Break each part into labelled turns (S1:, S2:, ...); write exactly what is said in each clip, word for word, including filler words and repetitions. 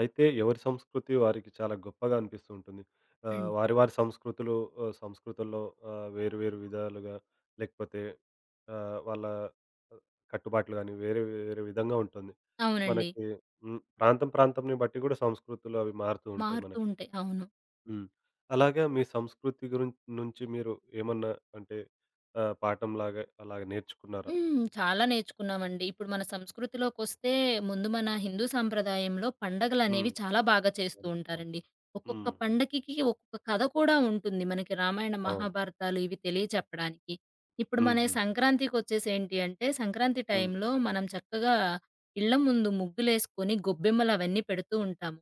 S1: అయితే ఎవరి సంస్కృతి వారికి చాలా గొప్పగా అనిపిస్తూ ఉంటుంది. ఆహ్,
S2: హ్మ్.
S1: వారి వారి సంస్కృతులు, ఆహ్, సంస్కృతుల్లో ఆహ్, వేరు వేరు విధాలుగా, లేకపోతే ఆహ్, వాళ్ళ కట్టుబాట్లు గాని వేరే వేరే విధంగా ఉంటుంది.
S2: అవునండి.
S1: మనకి హ్మ్, ప్రాంతం ప్రాంతంని బట్టి గూడా సంస్కృతులు అవి మారుతూ ఉంటాయి
S2: మారుతూ
S1: మనకి.
S2: ఉంటాయి. అవును.
S1: హ్మ్. అలాగా మీ సంస్కృతి గురిం నుంచి మీరు ఏమన్నా, అంటే ఆహ్, పాఠంలాగా అలాగ నేర్చుకున్నారా?
S2: హ్మ్. చాలా నేర్చుకున్నామండి. ఇప్పుడు మన సంస్కృతిలోకొస్తే ముందు మన హిందూ సాంప్రదాయంలో పండగలనేవి
S1: హ్మ్.
S2: చాలా బాగా చేస్తూ
S1: అలా. అవును.
S2: ఉంటారండి. ఒక్కొక్క
S1: హ్మ్. హ్మ్.
S2: పండగకి ఒక్కొక్క కథ కూడా ఉంటుంది. మనకి రామాయణ,
S1: అవును.
S2: మహాభారతాలు ఇవి తెలియచెప్పడానికి. ఇప్పుడు
S1: హ్మ్.
S2: మన
S1: హ్మ్.
S2: సంక్రాంతికొచ్చేసి ఏంటి అంటే సంక్రాంతి
S1: హ్మ్.
S2: టైంలో మనం చక్కగా ఇళ్ళ ముందు ముగ్గులేసుకొని గొబ్బెమ్మలవన్నీ పెడుతూ ఉంటాము.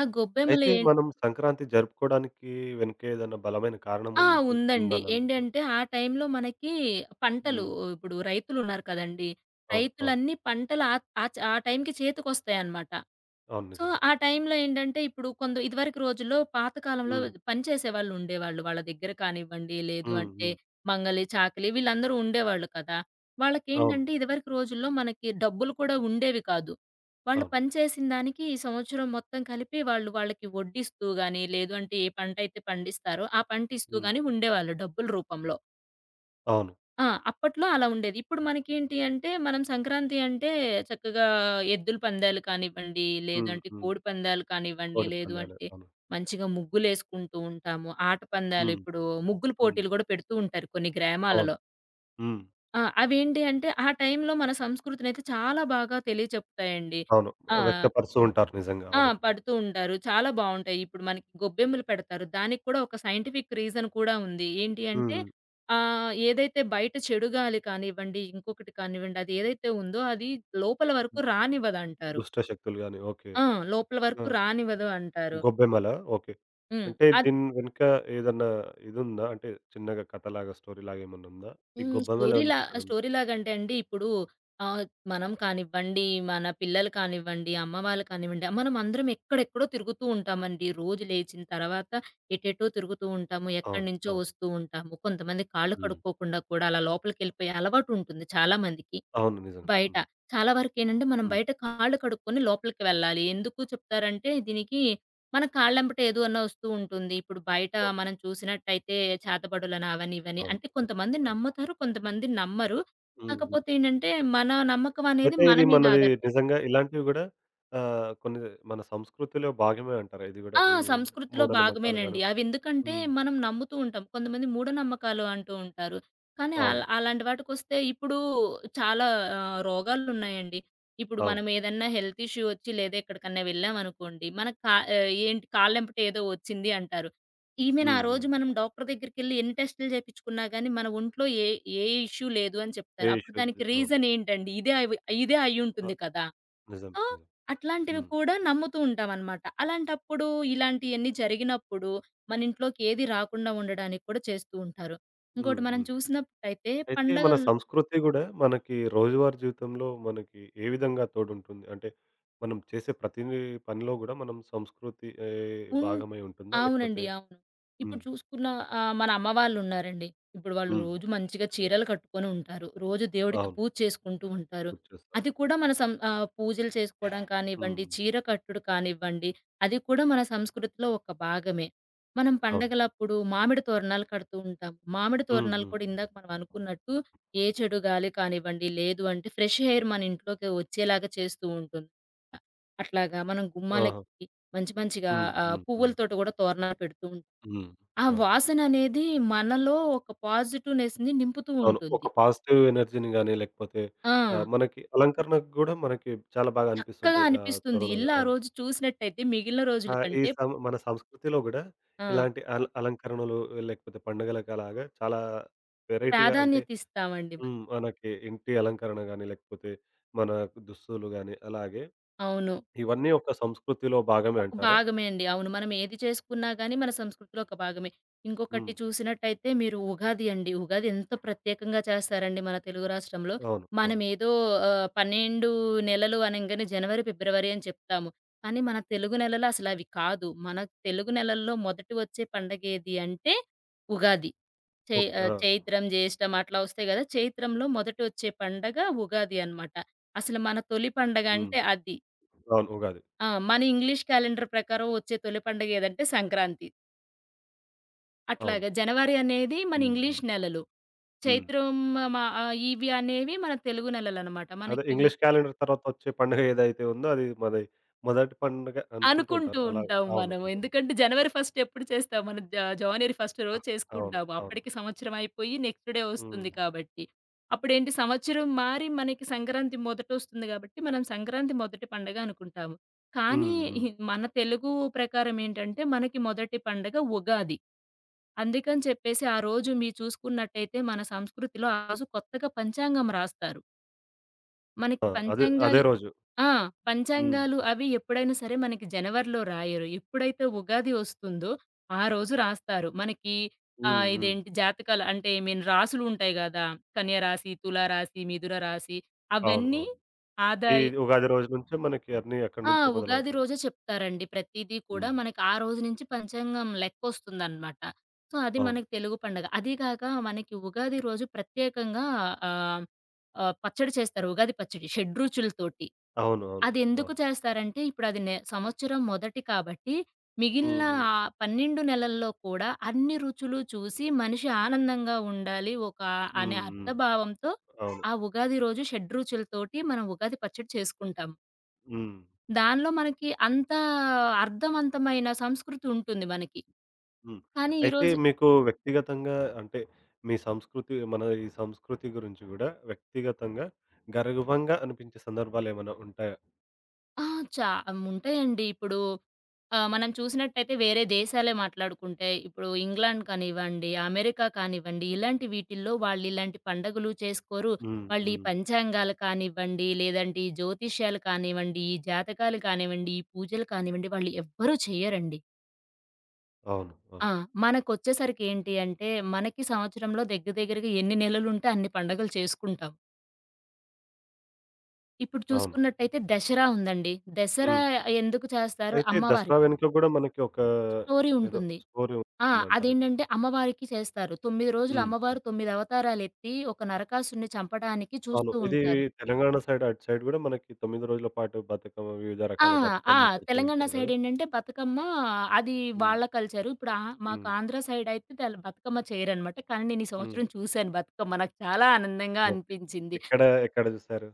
S2: ఆ గొబ్బెమ్మలు
S1: అయితే
S2: ఏ
S1: మనం సంక్రాంతి జరుపుకోవడానికి వెనుక ఏదైనా బలమైన కారణం
S2: ఆ!
S1: ఉంటు
S2: ఉందండి.
S1: ఉందని అంటారు.
S2: ఏంటంటే, ఆ టైంలో మనకి పంటలు
S1: హ్మ్.
S2: ఇప్పుడు రైతులున్నారు కదండీ!
S1: అవును. అవును.
S2: రైతులన్నీ పంటలు ఆ ఆచ్ ఆ టైంకి చేతికొస్తాయన్నమాట.
S1: అవును.
S2: సో,
S1: నిజంగా.
S2: ఆ టైంలో ఏంటంటే, ఇప్పుడు కొంత ఇదివరకు రోజుల్లో పాత కాలంలో
S1: హ్మ్.
S2: పని చేసేవాళ్ళు ఉండేవాళ్ళు. వాళ్ళ దగ్గర కానివ్వండి, లేదు
S1: హ్మ్.
S2: అంటే
S1: హ్మ్.
S2: మంగలి, చాకలి వీళ్ళందరూ ఉండేవాళ్ళు కదా!
S1: అవును.
S2: వాళ్ళకేంటంటే, ఇదివరకు రోజుల్లో మనకి డబ్బులు కూడా ఉండేవి కాదు. వాళ్ళు
S1: అవును.
S2: పని చేసిన దానికి ఈ సంవత్సరం మొత్తం కలిపి వాళ్ళు వాళ్ళకి వడ్డిస్తూ గాని, లేదు అంటే ఏ పంటైతే పండిస్తారో ఆ పంట ఇస్తూ
S1: హ్మ్.
S2: గాని ఉండేవాళ్ళు డబ్బుల రూపంలో.
S1: అవును.
S2: ఆ! అప్పట్లో అలా ఉండేది. ఇప్పుడు మనకేంటి అంటే, మనం సంక్రాంతి అంటే చక్కగా ఎద్దుల పందాలు కానివ్వండి,
S1: హ్మ్.
S2: లేదంటే
S1: హ్మ్.
S2: కోడి పందాలు కానివ్వండి,
S1: కోడి
S2: లేదు
S1: పందాలు.
S2: అంటే
S1: అవును.
S2: మంచిగా ముగ్గులేసుకుంటూ ఉంటాము. ఆట పందాలు
S1: హ్మ్.
S2: ఇప్పుడు ముగ్గుల
S1: హ్మ్.
S2: పోటీలు గూడా పెడుతూ ఉంటారు కొన్ని
S1: అవును.
S2: గ్రామాలలో.
S1: హ్మ్.
S2: ఆ! అవేంటి అంటే, ఆ టైంలో మన సంస్కృతినైతే చాలా బాగా తెలియచెప్తాయండి.
S1: అవును.
S2: ఆ!
S1: వ్యక్తపరుస్తూ ఉంటారు నిజంగా.
S2: ఆ!
S1: అవును.
S2: పడుతూ ఉంటారు. చాలా బావుంటాయి. ఇప్పుడు మనకి గొబ్బెమ్మలు పెడతారు. దానికి కూడా ఒక సైంటిఫిక్ రీజన్ కూడా ఉంది. ఏంటి అంటే
S1: హ్మ్.
S2: ఆహ్, ఏదైతే బయట చెడు గాలి కానివ్వండి, ఇంకొకటి కానివ్వండి, అది ఏదైతే ఉందో అది లోపల వరకు రానివ్వదంటారు.
S1: దుష్ట శక్తులు గాని, ఓకే.
S2: ఆ! లోపల
S1: ఆ!
S2: వరకు రానివ్వదు అంటారు.
S1: గొబ్బెమ్మలా? ఓకే.
S2: హ్మ్.
S1: అంటే
S2: అది
S1: దీని వెనుక ఏదన్నా ఇదుందా? అంటే చిన్నగా కథలాగా, స్టోరీలాగా ఏమన్నా ఉందా? ఈ
S2: హ్మ్.
S1: గొబ్బెమ్మలను
S2: స్టోరీలా
S1: పెట్టడం?
S2: స్టోరీలాగంటే అండి, ఇప్పుడు ఆహ్, మనం కానివ్వండి, మన పిల్లలు కానివ్వండి, అమ్మ వాళ్ళు కానివ్వండి, మనమందరం ఎక్కడెక్కడో తిరుగుతూ ఉంటామండి. రోజు లేచిన తర్వాత ఎటెటో తిరుగుతూ ఉంటాము.
S1: అవును.
S2: ఎక్కడినుంచో
S1: అవును.
S2: వస్తూ ఉంటాము. కొంతమంది కాళ్ళు
S1: హ్మ్.
S2: కడుక్కోకుండా కూడా అలా లోపలికెళ్ళిపోయే అలవాటుంటుంది చాలా మందికి.
S1: అవును. నిజంగా.
S2: బయట.
S1: హ్మ్.
S2: చాలా వరకేంటంటే మనం
S1: హ్మ్.
S2: బయట కాళ్ళు కడుక్కొని లోపలికి వెళ్ళాలి. ఎందుకు చెప్తారంటే దీనికి మన కాళ్ళెంబట ఏదో అన్నా వస్తూ ఉంటుంది. ఇప్పుడు బయట
S1: అవును.
S2: మనం చూసినట్టయితే చేతబడులని అవని ఇవని
S1: అవును.
S2: అంటే
S1: అవును.
S2: కొంతమంది
S1: అవును.
S2: నమ్ముతారు. కొంతమంది నమ్మరు.
S1: హ్మ్. హ్మ్.
S2: కాకపోతే ఏంటంటే మన నమ్మకం అనేది
S1: అయితే
S2: మన
S1: ఇది
S2: మీద
S1: మనది,
S2: ఆధారపడి
S1: నిజంగా ఇలాంటివి గూడా ఆహ్, కొన్ని మన సంస్కృతిలో భాగమే అంటారు. ఇది గూడా
S2: ఆ!
S1: ఈ
S2: సంస్కృతిలో
S1: మూఢనమ్మకాలు
S2: భాగమేనండి.
S1: గాను.
S2: అవెందుకంటే
S1: హ్మ్.
S2: మనం నమ్ముతూ ఉంటాం. కొంతమంది మూఢనమ్మకాలు అంటూ ఉంటారు. కానీ అల్
S1: అవును.
S2: అలాంటి వాటికొస్తే ఇప్పుడు చాలా ఆహ్, రోగాలున్నాయండి. ఇప్పుడు మనం
S1: అవును.
S2: ఏదన్నా హెల్త్ ఇష్యూ వచ్చి లేదా ఎక్కడికన్నా వెళ్ళామనుకోండి, మన కా ఆహ్, ఏంటి కాళ్ళెంబట ఏదో వచ్చింది అంటారు. ఈవెన్ ఆ
S1: హ్మ్.
S2: రోజు
S1: హ్మ్.
S2: మనం డాక్టర్ దగ్గరికెళ్లి ఎన్ని టెస్టులు చేపించుకున్నా గాని మన ఒంట్లో ఏ ఏ ఇష్యూ లేదు అని చెప్తారు. అప్పుడు దానికి
S1: పేషుద్ది. అవును.
S2: రీజన్ ఏంటండి? ఇదే అవి ఇదే
S1: ఆ!
S2: అయ్యుంటుంది కదా!
S1: నిజం.
S2: సో,
S1: నిజం.
S2: అట్లాంటివి
S1: హ్మ్.
S2: కూడా నమ్ముతూ ఉంటామనమాట. అలాంటప్పుడు ఇలాంటియన్నీ జరిగినప్పుడు మన ఇంట్లోకి ఏది రాకుండా ఉండడానికి కూడా చేస్తూ ఉంటారు. ఇంకోటి
S1: హ్మ్.
S2: మనం
S1: హ్మ్.
S2: చూసినప్పుడైతే
S1: అయితే మన
S2: పండగల
S1: సంస్కృతి గూడా మనకి రోజువారీ జీవితంలో మనకి ఏ విధంగా తోడుంటుంది? అంటే మనం చేసే ప్రతి పనిలో గూడా మనం సంస్కృతి ఏ
S2: ఉన్
S1: భాగమై ఉంటుందా?
S2: అవునండి.
S1: లేకపోతే
S2: అవును. ఇప్పుడు
S1: హ్మ్.
S2: చూసుకున్న ఆహ్, మన అమ్మ వాళ్ళున్నారండి. ఇప్పుడు వాళ్ళు
S1: హ్మ్.
S2: రోజు మంచిగా చీరలు కట్టుకొని ఉంటారు. రోజు దేవుడికి
S1: అవును.
S2: పూజ చేసుకుంటూ ఉంటారు.
S1: గుర్తు చేస్తారు.
S2: అది కూడా మన సం ఆహ్, పూజలు చేసుకోవడం కానివ్వండి,
S1: హ్మ్.
S2: చీర కట్టుడు కానివ్వండి, అది కూడా మన సంస్కృతిలో ఒక భాగమే. మనం
S1: అవును.
S2: పండగలప్పుడు మామిడి తోరణాలు కడుతూ ఉంటాం. మామిడి
S1: హ్మ్.
S2: తోరణాలు
S1: హ్మ్.
S2: కూడా ఇందాక మనం అనుకున్నట్టు ఏ చెడు గాలి కానివ్వండి, లేదు అంటే ఫ్రెష్ ఎయిర్ మన ఇంట్లోకి వచ్చేలాగా చేస్తూ ఉంటుంది. అట్లాగా మనం
S1: ఆహా!
S2: గుమ్మాలకి మంచి మంచిగా
S1: హ్మ్.
S2: ఆహ్,
S1: హ్మ్. హ్మ్.
S2: పువ్వులతోటి గూడా తోరణాలు పెడుతూ ఉంటాం.
S1: హ్మ్.
S2: ఆ
S1: అవును.
S2: వాసననేది మనలో ఒక పాజిటివ్‌నెస్‌ని నింపుతూ
S1: అవును. ఒక
S2: ఉంటుంది.
S1: పాజిటివ్ ఎనర్జీని గాని, లేకపోతే
S2: ఆ!
S1: ఆహ్, మనకి అలంకరణకు గూడా మనకి చాలా బాగా
S2: చక్కగా
S1: అనిపిస్తుంటాయి ఆహ్,
S2: అనిపిస్తుంది.
S1: తోరణాలు.
S2: ఇల్లు ఆ
S1: అవును.
S2: రోజు చూసినట్టయితే మిగిలిన రోజుల
S1: ఆహ్, ఈ
S2: కంటే
S1: సం మన సంస్కృతిలో గూడా
S2: ఆ!
S1: ఇలాంటి అల అలంకరణలు, లేకపోతే పండుగలకు అలాగా చాలా వెరైటీగా, అంటే
S2: ప్రాధాన్యత ఇస్తామండి మనం.
S1: హ్మ్, మనకి ఇంటి అలంకరణ గాని, లేకపోతే మన దుస్తులు గాని, అలాగే
S2: అవును.
S1: ఇవన్నీ ఒక సంస్కృతిలో భాగమే
S2: ఒక
S1: అంటారా?
S2: భాగమే అండి. అవును. మనం ఏది చేసుకున్నా గాని మన సంస్కృతిలో ఒక భాగమే. ఇంకొకటి
S1: హ్మ్.
S2: చూసినట్టయితే మీరు ఉగాది అండి. ఉగాది ఎంత ప్రత్యేకంగా చేస్తారండి మన తెలుగు రాష్ట్రంలో.
S1: అవును. అవును.
S2: మనమేదో ఆహ్, పన్నెండు నెలలు అనంగానే జనవరి, ఫిబ్రవరి అని చెప్తాము. కానీ మన తెలుగు నెలలు అసలవి కాదు. మన తెలుగు నెలల్లో మొదటి వచ్చే పండగేది అంటే ఉగాది. చై
S1: ఓకే.
S2: ఆహ్,
S1: ఆ!
S2: చైత్రం, జ్యేష్టం అట్లా వస్తాయి గదా! చైత్రంలో మొదట వచ్చే పండగ ఉగాది అనమాట. అసలు మన తొలి పండగ
S1: హ్మ్.
S2: అంటే అది.
S1: అవును. ఉగాది.
S2: ఆ! మన ఇంగ్లీష్ క్యాలెండర్ ప్రకారం వచ్చే తొలి పండుగ ఏదంటే సంక్రాంతి.
S1: అవును.
S2: అట్లాగా జనవరి అనేది మన
S1: హ్మ్.
S2: ఇంగ్లీష్
S1: హ్మ్.
S2: నెలలు.
S1: హ్మ్.
S2: చైత్రం మా ఆహ్, ఇవి అనేవి మన తెలుగు నెలలనమాట.
S1: అదే
S2: మనకి ఉ
S1: ఇంగ్లీష్ క్యాలెండర్ తర్వాత వచ్చే పండుగ ఏదైతే ఉందో అది మనది మొదటి పండుగ అనుకుంటూ
S2: అనుకుంటూ
S1: ఉంటారు. అలా.
S2: ఉంటాం
S1: అవును.
S2: మనం.
S1: నిజమే.
S2: ఎందుకంటే జనవరి ఫస్ట్ ఎప్పుడు చేస్తాం? మనం జ జనవరి ఫస్ట్
S1: అ!
S2: రోజు
S1: అవును.
S2: చేసుకుంటాము.
S1: అవును.
S2: అప్పటికి సంవత్సరం అయిపోయి నెక్స్ట్ డే వస్తుంది
S1: హ్మ్.
S2: కాబట్టి. అప్పుడేంటి సంవత్సరం మారి మనకి సంక్రాంతి మొదటొస్తుంది కాబట్టి మనం సంక్రాంతి మొదటి పండుగ అనుకుంటాము.
S1: హ్మ్.
S2: కానీ,
S1: హ్మ్.
S2: హి- మన తెలుగు ప్రకారం ఏంటంటే మనకి మొదటి పండుగ ఉగాది. అందుకని చెప్పేసి ఆ రోజు మీరు చూసుకున్నట్టయితే మన సంస్కృతిలో ఆ రోజు కొత్తగా పంచాంగం రాస్తారు. మనకి
S1: ఆ! అదే అదే
S2: పంచాంగాలి
S1: రోజు.
S2: ఆ!
S1: హ్మ్.
S2: పంచాంగాలు అవి ఎప్పుడైనా సరే మనకి జనవరిలో రాయరు. ఎప్పుడైతే ఉగాది ఒస్తుందో ఆ రోజు రాస్తారు. మనకి
S1: హ్మ్.
S2: ఆహ్,
S1: హ్మ్.
S2: ఇదేంటి జాతకాలు అంటే ఐ మీన్ రాసులుంటాయి గదా! కన్యరాశి, తులారాశి, మిథున రాశి
S1: అవును.
S2: అవన్నీ
S1: అవును. ఈ
S2: ఆదాయ
S1: ఉగాది రోజు నుంచే మనకి అన్నీ అక్కడి
S2: ఆ!
S1: నుంచే
S2: ఉగాది
S1: మొదలవుతాయి.
S2: రోజే చెప్తారండి ప్రతీదీ కూడా.
S1: హ్మ్.
S2: మనకి ఆ రోజు నుంచి పంచాంగం లెక్కొస్తుందనమాట. సో, అది
S1: అవును.
S2: మనకి తెలుగు పండగ. అదీ గాక మనకి ఉగాది రోజు ప్రత్యేకంగా ఆహ్, ఆహ్, పచ్చడి చేస్తారు. ఉగాది పచ్చడి షడ్రుచులతోటి.
S1: అవును. అవును.
S2: అదెందుకు
S1: అవును.
S2: చేస్తారంటే ఇప్పుడది నె సంవత్సరం మొదటి కాబట్టి
S1: హ్మ్.
S2: మిగిలిన
S1: హ్మ్.
S2: ఆహ్, పన్నెండు నెలల్లో కూడా అన్ని రుచులు చూసి మనిషి ఆనందంగా ఉండాలి ఒక అనే
S1: హ్మ్.
S2: అర్థ
S1: హ్మ్.
S2: భావంతో
S1: అవును.
S2: ఆ ఉగాది రోజు షడ్రుచులతోటి మనం ఉగాది పచ్చడి చేసుకుంటాం.
S1: హ్మ్.
S2: దానిలో మనకి అంత అర్థవంతమైన సంస్కృతి ఉంటుంది మనకి.
S1: హ్మ్.
S2: కానీ
S1: అయితే
S2: ఈరోజు
S1: మీకు వ్యక్తిగతంగా, అంటే మీ సంస్కృతి, మన ఈ సంస్కృతి గురించి గూడా వ్యక్తిగతంగా గర్వంగా అనిపించే సందర్భాలేమైనా ఉంటాయా?
S2: ఆ! చా ఉంటాయండి. ఇప్పుడు ఆహ్, మనం చూసినట్టయితే వేరే దేశాలే మాట్లాడుకుంటే, ఇప్పుడు ఇంగ్లాండ్ కానివ్వండి, అమెరికా కానివ్వండి, ఇలాంటి వీటిల్లో వాళ్ళు ఇలాంటి పండగలు చేసుకోరు.
S1: హ్మ్.
S2: వాళ్ళు ఈ
S1: హ్మ్.
S2: పంచాంగాలు కానివ్వండి, లేదంటే ఈ జ్యోతిష్యాలు కానివ్వండి, ఈ జాతకాలు కానివ్వండి, ఈ పూజలు కానివ్వండి, వాళ్ళు ఎవ్వరూ చెయ్యరండి.
S1: అవును. అవును.
S2: ఆ! మనకొచ్చేసరికి ఏంటి అంటే, మనకి సంవత్సరంలో దగ్గర దగ్గరగా ఎన్ని నెలలుంటే అన్ని పండగలు చేసుకుంటాం. ఇప్పుడు
S1: అవును.
S2: చూసుకున్నట్టయితే 'దసరా' ఉందండి. 'దసరా'
S1: హ్మ్.
S2: ఎందుకు చేస్తారు?
S1: అయితే దసరా
S2: అమ్మవారికి
S1: వెనుక గూడా మనకి ఒక
S2: స్టోరీ
S1: ఏదో
S2: ఉంటుంది.
S1: స్టోరీ
S2: ఆ!
S1: ఉంటుందంటారు.
S2: అదేంటంటే అమ్మవారికి చేస్తారు. తొమ్మిది రోజులు
S1: హ్మ్.
S2: అమ్మవారు తొమ్మిది అవతారాలెత్తి ఒక నరకాసురుడిని చంపడానికి
S1: అవును.
S2: చూస్తూ
S1: ఇది
S2: ఉంటారు.
S1: తెలంగాణ సైడ్, అటు సైడ్ గూడా మనకి తొమ్మిది రోజుల పాటు బతుకమ్మ, వివిధ
S2: ఆ!
S1: రకాల
S2: ఆ!
S1: బతుకమ్మలు పెడుతూ
S2: తెలంగాణ
S1: ఉంటారు
S2: సైడ్
S1: గదా!
S2: ఏంటంటే బతుకమ్మ అది
S1: హ్మ్.
S2: వాళ్ళ కల్చరు. ఇప్పుడు ఆ మాకు
S1: హ్మ్.
S2: ఆంధ్ర సైడ్ అయితే తెల్ బతుకమ్మ చేయరనమాట. కానీ నేను ఈ
S1: హ్మ్.
S2: సంవత్సరం చూశాను బతుకమ్మ. నాకు చాలా ఆనందంగా
S1: ఓకే.
S2: అనిపించింది.
S1: ఎక్కడ, ఎక్కడ జూసారు?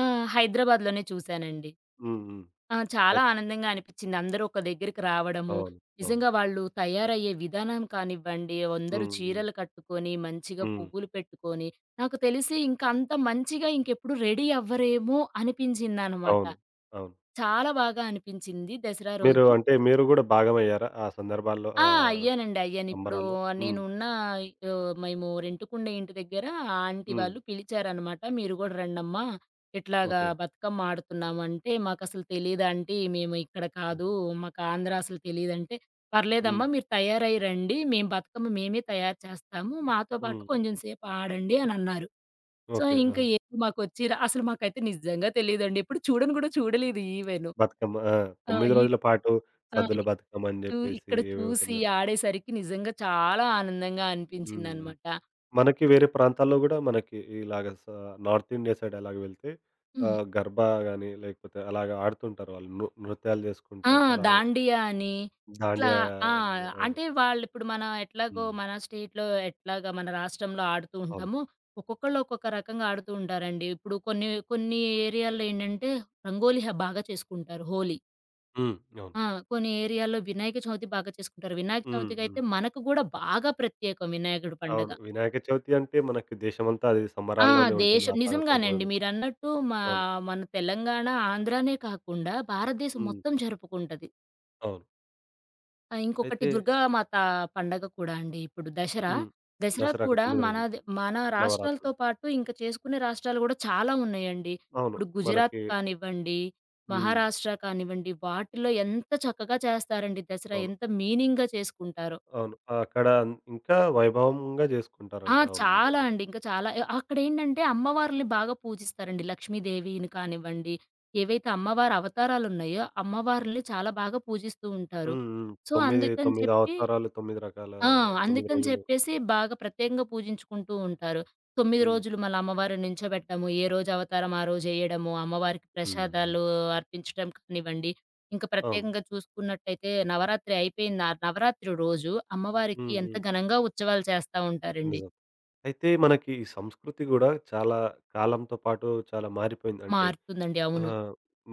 S2: ఆ! హైదరాబాద్‌లోనే చూశానండి.
S1: హ్మ్. హ్మ్.
S2: ఆ! చాలా
S1: అయి
S2: ఆనందంగా అనిపిచ్చింది. అందరూ ఒక దగ్గరికి రావడము,
S1: అవును. అవును.
S2: నిజంగా వాళ్ళు తయారయ్యే విధానం కానివ్వండి, అందరూ
S1: హ్మ్. హ్మ్.
S2: చీరలు కట్టుకొని, మంచిగా
S1: హ్మ్.
S2: పువ్వులు పెట్టుకొని, నాకు తెలిసి ఇంక అంత మంచిగా ఇంకెప్పుడు రెడీ అవ్వరేమో అనిపించిందనమాట.
S1: అవును. అవును.
S2: చాలా బాగా అనిపించింది దసరా
S1: మీరు,
S2: రోజు.
S1: అంటే మీరు గూడా భాగమయ్యారా ఆ సందర్భాల్లో,
S2: ఆ!
S1: ఆహ్,
S2: అయ్యానండి. అయ్యాను. ఇప్పుడు
S1: సంబరాల్లో? హ్మ్.
S2: నేనున్న ఆహ్, మేము రెంటుకుండే ఇంటి దగ్గర ఆంటీ
S1: హ్మ్.
S2: వాళ్ళు పిలిచారనమాట. "మీరు గూడా రండమ్మా, ఇట్లాగా
S1: ఓకే.
S2: బతుకమ్మ ఆడుతున్నాము" అంటే, "మాకసలు తెలీదు ఆంటీ, మేము ఇక్కడ కాదు.
S1: హుహు.
S2: మాకు ఆంధ్ర అసలు తెలీదంటే",
S1: హ్మ్.
S2: "పర్లేదమ్మా మీరు తయారై రండి. మేము బతుకమ్మ మేమే తయారు చేస్తాము. మాతో పాటు
S1: హ్మ్.
S2: కొంచెం సేపు ఆడండి" అనన్నారు. So,
S1: okay.
S2: ఇంక
S1: ఆహా!
S2: ఏమో మాకొచ్చి ర అసలు మాకైతే నిజంగా తెలీదండి. ఎప్పుడు చూడను గూడా చూడలేదు ఈవెను.
S1: బతుకమ్మ. ఆ!
S2: ఆ!
S1: తొమ్మిది
S2: ఈ
S1: రోజుల పాటు
S2: ఆ!
S1: సద్దుల బతుకమ్మ అని
S2: చూ
S1: జెప్పేసి
S2: ఇక్కడ
S1: ఏవేవో
S2: చూసి
S1: తొమ్మిది రక
S2: ఆడేసరికి నిజంగా చాలా ఆనందంగా
S1: హ్మ్.
S2: అనిపించిందనమాట.
S1: మనకి వేరే ప్రాంతాల్లో గూడా మనకి ఇలాగ స నార్త్ ఇండియా సైడ్ అలాగ వెళ్తే
S2: హ్మ్.
S1: ఆహ్, గర్బా గాని, లేకపోతే అలాగ ఆడుతుంటారు వాళ్ళు. నృ నృత్యాలు
S2: ఆ!
S1: జేసుకుంటా అలాగ.
S2: దాండియా అని ఇట్లా
S1: దాండియా
S2: ఆ!
S1: అలాగ. అవును.
S2: అంటే వాళ్ళిప్పుడు మన ఎట్లాగో
S1: హ్మ్.
S2: మన స్టేట్‌లో ఎట్లాగా మన రాష్ట్రంలో ఆడుతూ
S1: అవును.
S2: ఉంటామో, ఒక్కొక్కళ్ళు ఒక్కొక్క రకంగా ఆడుతూ ఉంటారండి. ఇప్పుడు కొన్ని కొన్ని ఏరియాల్లో ఏంటంటే రంగోలి హ బాగా చేసుకుంటారు హోలీ.
S1: హ్మ్. అవును.
S2: ఆ! కొన్ని ఏరియాల్లో వినాయక చవితి బాగా చేసుకుంటారు. వినాయక
S1: హ్మ్.
S2: చవితికైతే
S1: హ్మ్.
S2: మనకు గూడా బాగా ప్రత్యేకం వినాయకుడి పండగ.
S1: అవును. వినాయక చవితి అంటే మనకి దేశమంతా అది
S2: ఆ!
S1: సంబరాల్లోనే ఉంటుంది,
S2: దేశం
S1: ఆ పదకొండు
S2: నిజంగానండి.
S1: రోజులు.
S2: మీరన్నట్టు మా
S1: అవును.
S2: మన తెలంగాణ, ఆంధ్రానే కాకుండా భారతదేశం
S1: హ్మ్.
S2: మొత్తం జరుపుకుంటది.
S1: అవును.
S2: ఆహ్, ఇంకొకటి
S1: అయితే
S2: దుర్గామాత పండగ కూడా అండి. ఇప్పుడు దసరా,
S1: హ్మ్.
S2: దసరా
S1: దసరాకి
S2: కూడా
S1: తొమ్మిది రోజులు.
S2: మనది మన రాష్ట్రాలతో
S1: నవరాత్రులు.
S2: పాటు ఇంకా చేసుకునే రాష్ట్రాలు గూడా చాలా ఉన్నాయండి.
S1: అవును.
S2: ఇప్పుడు గుజరాత్
S1: మనకి
S2: కానివ్వండి,
S1: హ్మ్.
S2: మహారాష్ట్ర కానివ్వండి వాటిలో ఎంత చక్కగా చేస్తారండి దసరా.
S1: అవును.
S2: ఎంత మీనింగ్‌గా చేసుకుంటారో.
S1: అవును. అక్కడ ఇంకా వైభవంగా
S2: ఆ!
S1: జేసుకుంటారంట. అవును.
S2: చాలా
S1: నిజంగానే.
S2: అండి. ఇంకా చాలా ఎ అక్కడేంటంటే అమ్మవార్లని బాగా పూజిస్తారండి. లక్ష్మీదేవిని కానివ్వండి, ఏవైతే అమ్మవారి అవతారాలున్నాయో అమ్మవార్లని చాలా బాగా పూజిస్తూ ఉంటారు.
S1: హ్మ్. హ్మ్.
S2: సో,
S1: తొమ్మిది,
S2: అందుకని
S1: తొమ్మిది
S2: చెప్పి
S1: అవతారాలు, తొమ్మిది రకాల,
S2: ఆ!
S1: తొమ్మిది
S2: అందుకని
S1: రోజులు.
S2: చెప్పేసి బాగా ప్రత్యేకంగా పూజించుకుంటూ ఉంటారు. తొమ్మిది
S1: హ్మ్.
S2: రోజులు మళ్ళా అమ్మవారిని నించోబెట్టడము. ఏ రోజు అవతారం ఆ రోజు ఎయడము. అమ్మవారికి
S1: హ్మ్. హ్మ్.
S2: ప్రసాదాలు అర్పించడం కానివ్వండి, ఇంకా
S1: అవును.
S2: ప్రత్యేకంగా చూసుకున్నట్టయితే నవరాత్రి అయిపోయింది. ఆ నవరాత్రి రోజు అమ్మవారికి
S1: హ్మ్.
S2: ఎంత
S1: హ్మ్.
S2: ఘనంగా ఉత్సవాలు చేస్తా ఉంటారండి.
S1: నిజం. అయితే మనకి ఈ సంస్కృతి గూడా చాలా కాలంతో పాటు చాలా మారిపోయింది. అంటే
S2: మారుతుందండి.
S1: ఆ!
S2: అవును.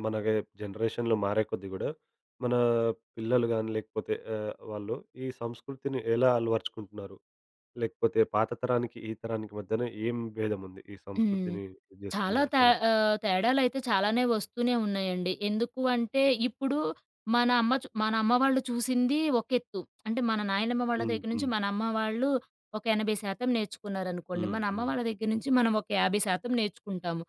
S1: మనకి జనరేషన్‌లు మారే కొద్దీ గూడా, మన పిల్లలు గాని, లేకపోతే ఆహ్, వాళ్ళు ఈ సంస్కృతిని ఎలా అలవరుచుకుంటున్నారు? లేకపోతే పాత తరానికి, ఈ తరానికి మధ్యన ఏం భేదం ఉంది? ఈ
S2: హ్మ్.
S1: సంస్కృతిని ఇది జేసుకునే
S2: చాలా తే
S1: సందర్భం
S2: ఆహ్, తేడాలైతే చాలానే వస్తూనే ఉన్నాయండి. ఎందుకు అంటే, ఇప్పుడు మన అమ్మ చు మన అమ్మ వాళ్ళు చూసింది ఒక ఎత్తు. అంటే, మన నాయనమ్మ వాళ్ళ
S1: హ్మ్.
S2: దగ్గర నుంచి
S1: హ్మ్.
S2: మన అమ్మ వాళ్ళు ఒక ఎనభై శాతం నేర్చుకున్నారనుకోండి.
S1: హ్మ్.
S2: మన అమ్మ
S1: హ్మ్.
S2: వాళ్ళ దగ్గర నుంచి మనం ఒక యాభై శాతం నేర్చుకుంటాము.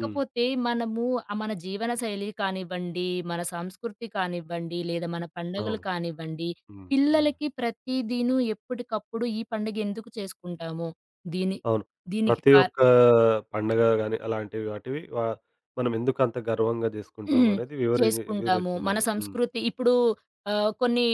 S1: హ్మ్.
S2: మనము ఆహ్, మన జీవన శైలి కానివ్వండి, మన సంస్కృతి కానివ్వండి, లేదా మన పండగలు
S1: అవును.
S2: కానివ్వండి,
S1: హ్మ్. హ్మ్.
S2: పిల్లలకి ప్రతిదీను ఎప్పటికప్పుడు ఈ పండుగ ఎందుకు చేసుకుంటాము? దీని
S1: అవును.
S2: దీనికి
S1: ప్రతి
S2: కా
S1: ఒక్క పండగ గాని, అలాంటివి వాటివి వా మనం ఎందుకు అంత గర్వంగా జేసుకుంటాం
S2: హ్మ్.
S1: అనేది వివరి
S2: చేసుకుంటాము. మన
S1: వివరిస్తుండాలి. హ్మ్.
S2: సంస్కృతి ఇప్పుడు ఆహ్, కొన్ని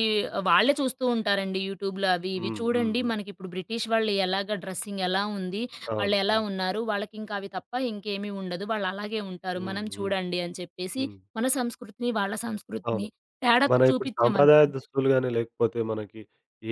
S2: వాళ్ళే చూస్తూ ఉంటారండి యూట్యూబ్‌లో అవి ఇవి.
S1: హ్మ్. హ్మ్.
S2: చూడండి
S1: హ్మ్.
S2: మనకిప్పుడు బ్రిటిష్ వాళ్ళు ఎలాగా డ్రెస్సింగ్ ఎలా ఉంది,
S1: అవును.
S2: వాళ్ళెలా
S1: అవును.
S2: ఉన్నారు, వాళ్ళకింకా అవి తప్ప ఇంకేమీ ఉండదు. వాళ్ళలాగే ఉంటారు.
S1: హ్మ్.
S2: మనం
S1: హ్మ్.
S2: చూడండి అని చెప్పేసి
S1: హ్మ్.
S2: మన సంస్కృతిని, వాళ్ళ సంస్కృతిని
S1: అవును.
S2: తేడాతో
S1: మన ఇప్పుడు సాంప్రదాయ
S2: చూపించామనుకోండి
S1: దుస్తులు గాని, లేకపోతే మనకి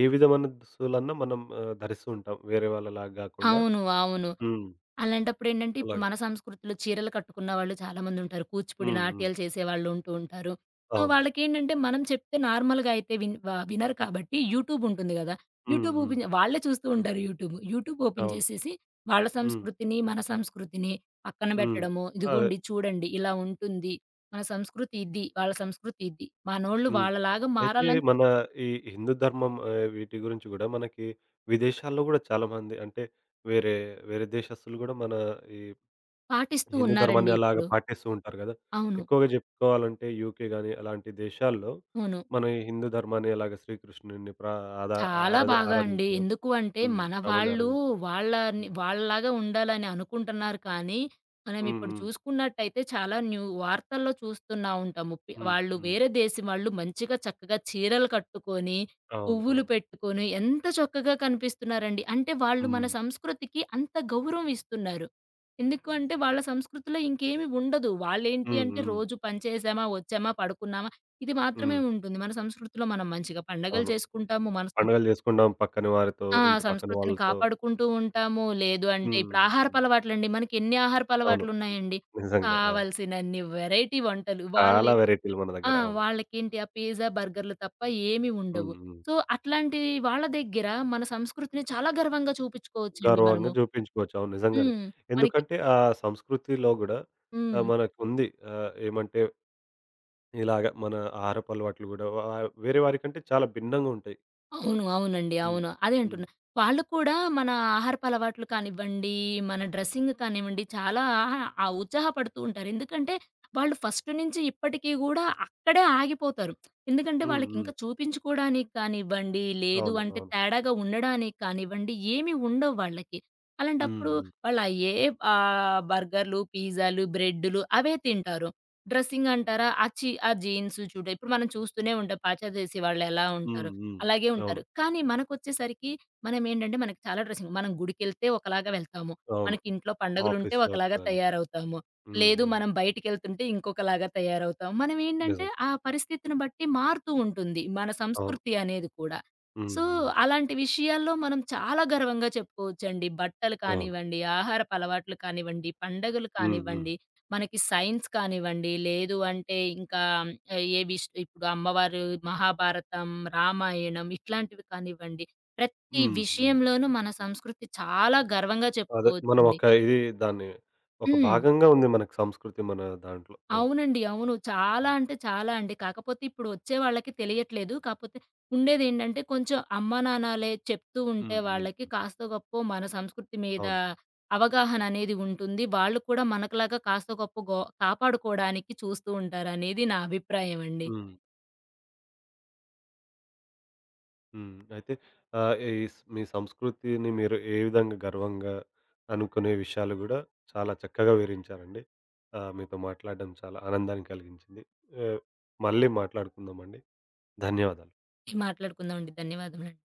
S1: ఏ విధమైన దుస్తులన్నా మనం ఆహ్, ధరిస్తూ ఉంటాం, వేరే వాళ్ళలాగా గాకుండా.
S2: అవును. అవును.
S1: హ్మ్.
S2: అలాంటప్పుడేంటంటే, ఇప్పుడు
S1: అలాగే.
S2: మన సంస్కృతిలో చీరలు కట్టుకున్న వాళ్ళు చాలామందుంటారు. కూచిపూడి
S1: హ్మ్. హ్మ్.
S2: నాట్యాలు చేసేవాళ్ళుంటూ ఉంటారు. సో,
S1: అవును.
S2: వాళ్ళకేంటంటే, మనం చెప్తే నార్మల్‌గా అయితే విన్ వ వినరు కాబట్టి యూట్యూబ్ ఉంటుంది గదా!
S1: హ్మ్.
S2: యూట్యూబ్
S1: హ్మ్.
S2: ఓపెన్ వాళ్ళే చూస్తూ ఉంటారు యూట్యూబ్. యూట్యూబ్ ఓపెన్
S1: అవును.
S2: చేసేసి వాళ్ళ
S1: హ్మ్.
S2: సంస్కృతిని, మన సంస్కృతిని పక్కన
S1: హ్మ్.
S2: బెట్టడము.
S1: అదే.
S2: ఇదిగోండి చూడండి ఇలా ఉంటుంది. మన సంస్కృతి ఇది. వాళ్ళ సంస్కృతి ఇది. మనోళ్ళు
S1: హ్మ్.
S2: వాళ్ళలాగా
S1: అయితే
S2: మారాలని
S1: మన ఈ హిందూ ధర్మం, ఆహ్, వీటి గురించి గూడా మనకి విదేశాల్లో గూడా చాలామంది, అంటే వేరే, వేరే దేశస్తులు గూడా మన ఈ
S2: పాటిస్తూ
S1: హిందూ ధర్మాన్ని
S2: ఉన్నారండి
S1: అలాగా
S2: ఇప్పుడు.
S1: పాటిస్తూ ఉంటారు కదా!
S2: అవును.
S1: ఎక్కువగా జెప్పుకోవాలంటే యూకే గాని అలాంటి దేశాల్లో
S2: అవును.
S1: మన ఈ హిందూ ధర్మాన్ని అలాగే శ్రీకృష్ణుడిని ప్ర ఆదా
S2: చాలా
S1: ఆరాధ
S2: బాగా అండి.
S1: ఆరాధించడం.
S2: ఎందుకు అంటే
S1: హ్మ్.
S2: మన
S1: రాముడిని
S2: వాళ్ళు
S1: ఆరాధించడం.
S2: వాళ్ళని
S1: హ్మ్.
S2: వాళ్ళలాగా ఉండాలని అనుకుంటున్నారు కానీ, మనం
S1: హ్మ్.
S2: ఇప్పుడు
S1: హ్మ్.
S2: చూసుకున్నట్టయితే చాలా న్యూ వార్తల్లో చూస్తున్నా ఉంటాము. పి
S1: హ్మ్.
S2: వాళ్ళు
S1: హ్మ్.
S2: వేరే దేశం వాళ్ళు మంచిగా చక్కగా చీరలు కట్టుకొని,
S1: అవును.
S2: పువ్వులు
S1: అవును.
S2: పెట్టుకొని ఎంత చక్కగా కనిపిస్తున్నారండి. అంటే వాళ్ళు మన
S1: హ్మ్.
S2: సంస్కృతికి అంత గౌరవం ఇస్తున్నారు. ఎందుకు అంటే వాళ్ళ సంస్కృతిలో ఇంకేమి ఉండదు. వాళ్ళేంటి
S1: హ్మ్.
S2: అంటే
S1: హ్మ్.
S2: రోజు పని చేసామా, వచ్చామా, పడుకున్నామా ఇది మాత్రమే
S1: హ్మ్.
S2: ఉంటుంది. మన సంస్కృతిలో మనం మంచిగా పండగలు
S1: అవును.
S2: చేసుకుంటాము. మన సం
S1: పండుగలు జేసుకుంటాం పక్కన వారితో,
S2: ఆ!
S1: ఇంటి పక్కన
S2: సంస్కృతిని
S1: వాళ్ళతో.
S2: కాపాడుకుంటూ ఉంటాము. లేదు అంటే
S1: హ్మ్.
S2: ఇప్పుడు
S1: హ్మ్.
S2: ఆహారపలవాట్లండి. మనకెన్ని
S1: అవును.
S2: ఆహారపలవాట్లున్నాయండి.
S1: నిజంగా. ఆ!
S2: కావాల్సినన్ని వెరైటీ వంటలు. వాళ్ళు
S1: చాలా వెరైటీలు మన
S2: ఆ!
S1: దగ్గర. అవును.
S2: వాళ్ళకేంటి ఆ పిజ్జా, బర్గర్‌లు తప్ప ఏమి ఉండవు.
S1: హ్మ్. హ్మ్.
S2: సో, అట్లాంటి వాళ్ళ దగ్గర మన సంస్కృతిని చాలా గర్వంగా చూపించుకోవచ్చండి మనము.
S1: గర్వంగా చూపించుకోవచ్చు. అవును. నిజంగానే.
S2: హ్మ్. మనకి
S1: ఎందుకంటే ఆ సంస్కృతిలో గూడా
S2: హ్మ్.
S1: ఆహ్, మనకుంది. ఆహ్, ఏమంటే, ఇలాగ మన ఆహారపు అలవాట్లు గూడా వా వేరే వారికంటే చాలా భిన్నంగా ఉంటాయి.
S2: అవును. అవునండి.
S1: హ్మ్.
S2: అవును. అదే
S1: హ్మ్.
S2: అంటున్నా. వాళ్ళు కూడా మన ఆహారపు అలవాట్లు కానివ్వండి, మన డ్రెస్సింగ్ కానివ్వండి, చాలా ఆహా- ఆ ఉత్సాహపడుతూ ఉంటారు. ఎందుకంటే, వాళ్ళు ఫస్ట్ నుంచి ఇప్పటికి గూడా అక్కడే ఆగిపోతారు. ఎందుకంటే,
S1: హ్మ్. హ్మ్.
S2: వాళ్ళకింకా చూపించుకోడానికి కానివ్వండి, లేదు
S1: అవును.
S2: అంటే
S1: అవును.
S2: తేడాగా ఉండడానికి కానివ్వండి, ఏమి ఉండవు వాళ్ళకి.
S1: హ్మ్.
S2: అలాంటప్పుడు
S1: హ్మ్.
S2: వాళ్ళు అయ్యే ఆహ్, బర్గర్‌లు, పిజ్జాలు, బ్రెడ్‌లు అవే తింటారు. డ్రెస్సింగ్ అంటారా, ఆ ఛీ ఆ జీన్స్ చూడు ఇప్పుడు మనం చూస్తూనే ఉంటాం పాశ్చాత్య దేశీ వాళ్ళెలా
S1: హ్మ్.
S2: ఉంటారో.
S1: హ్మ్.
S2: అలాగే
S1: అవును.
S2: ఉంటారు. కానీ మనకొచ్చేసరికి మనమేంటంటే మనకి చాలా డ్రెస్సింగ్ మనం గుడికెళ్తే ఒకలాగా వెళ్తాము.
S1: అవును.
S2: మనకింట్లో పండుగలుంటే
S1: ఆఫీస్‌లో
S2: ఒకలాగా
S1: కానీ
S2: తయారవుతాము.
S1: హ్మ్.
S2: లేదు
S1: హ్మ్.
S2: మనం బయటికెళ్తుంటే ఇంకొకలాగా తయారవుతాము. మనమేంటంటే
S1: నిజంగా.
S2: ఆ పరిస్థితిని బట్టి మారుతూ ఉంటుంది మన
S1: అవును.
S2: సంస్కృతి అనేది కూడా.
S1: హ్మ్.
S2: సో,
S1: హ్మ్.
S2: అలాంటి విషయాల్లో మనం చాలా గర్వంగా చెప్పుకోవచ్చండి. బట్టలు
S1: అవును.
S2: కానివ్వండి, ఆహారపు అలవాట్లు కానివ్వండి, పండగలు
S1: హ్మ్. హ్మ్.
S2: కానివ్వండి. మనకి సైన్స్ కానివ్వండి, లేదు అంటే ఇంకా ఏ విష్ ఇప్పుడు అమ్మవారు మహాభారతం, రామాయణం ఇట్లాంటివి కానివ్వండి, ప్రతి
S1: హ్మ్. హ్మ్.
S2: విషయంలోనూ మన సంస్కృతి చాలా గర్వంగా
S1: అదే మనం
S2: చెప్పుకోవచ్చండి.
S1: ఒక ఇది దాన్ని ఒక
S2: హ్మ్.
S1: భాగంగా ఉంది మనకు సంస్కృతి మన దాంట్లో. అవును.
S2: అవునండి. అవును. చాలా
S1: హ్మ్.
S2: అంటే చాలా అండి. కాకపోతే ఇప్పుడు వచ్చే వాళ్ళకి తెలియట్లేదు. కాపోతే ఉండేదేంటంటే కొంచెం అమ్మా, నాన్నలే చెప్తూ ఉంటే
S1: హ్మ్. హ్మ్.
S2: వాళ్ళకి
S1: హ్మ్.
S2: కాస్తో గొప్పో మన సంస్కృతి మీద
S1: అవును.
S2: అవగాహన అనేది ఉంటుంది. వాళ్ళు కూడా మనకులాగా కాస్తో గొప్పో గో కాపాడుకోవడానికి చూస్తూ ఉంటారనేది నా అభిప్రాయం అండి.
S1: హ్మ్. హ్మ్. అయితే ఆహ్, ఈ స్ మీ సంస్కృతిని మీరు ఏ విధంగా గర్వంగా అనుకునే విషయాలు గూడా చాలా చక్కగా వివరించారండి. ఆహ్, మీతో మాట్లాడడం చాలా ఆనందాన్ని కలిగించింది. ఆహ్, మళ్ళీ మాట్లాడుకుందామండి. ధన్యవాదాలు.
S2: మాట్లాడుకుందామండి. ధన్యవాదములండి.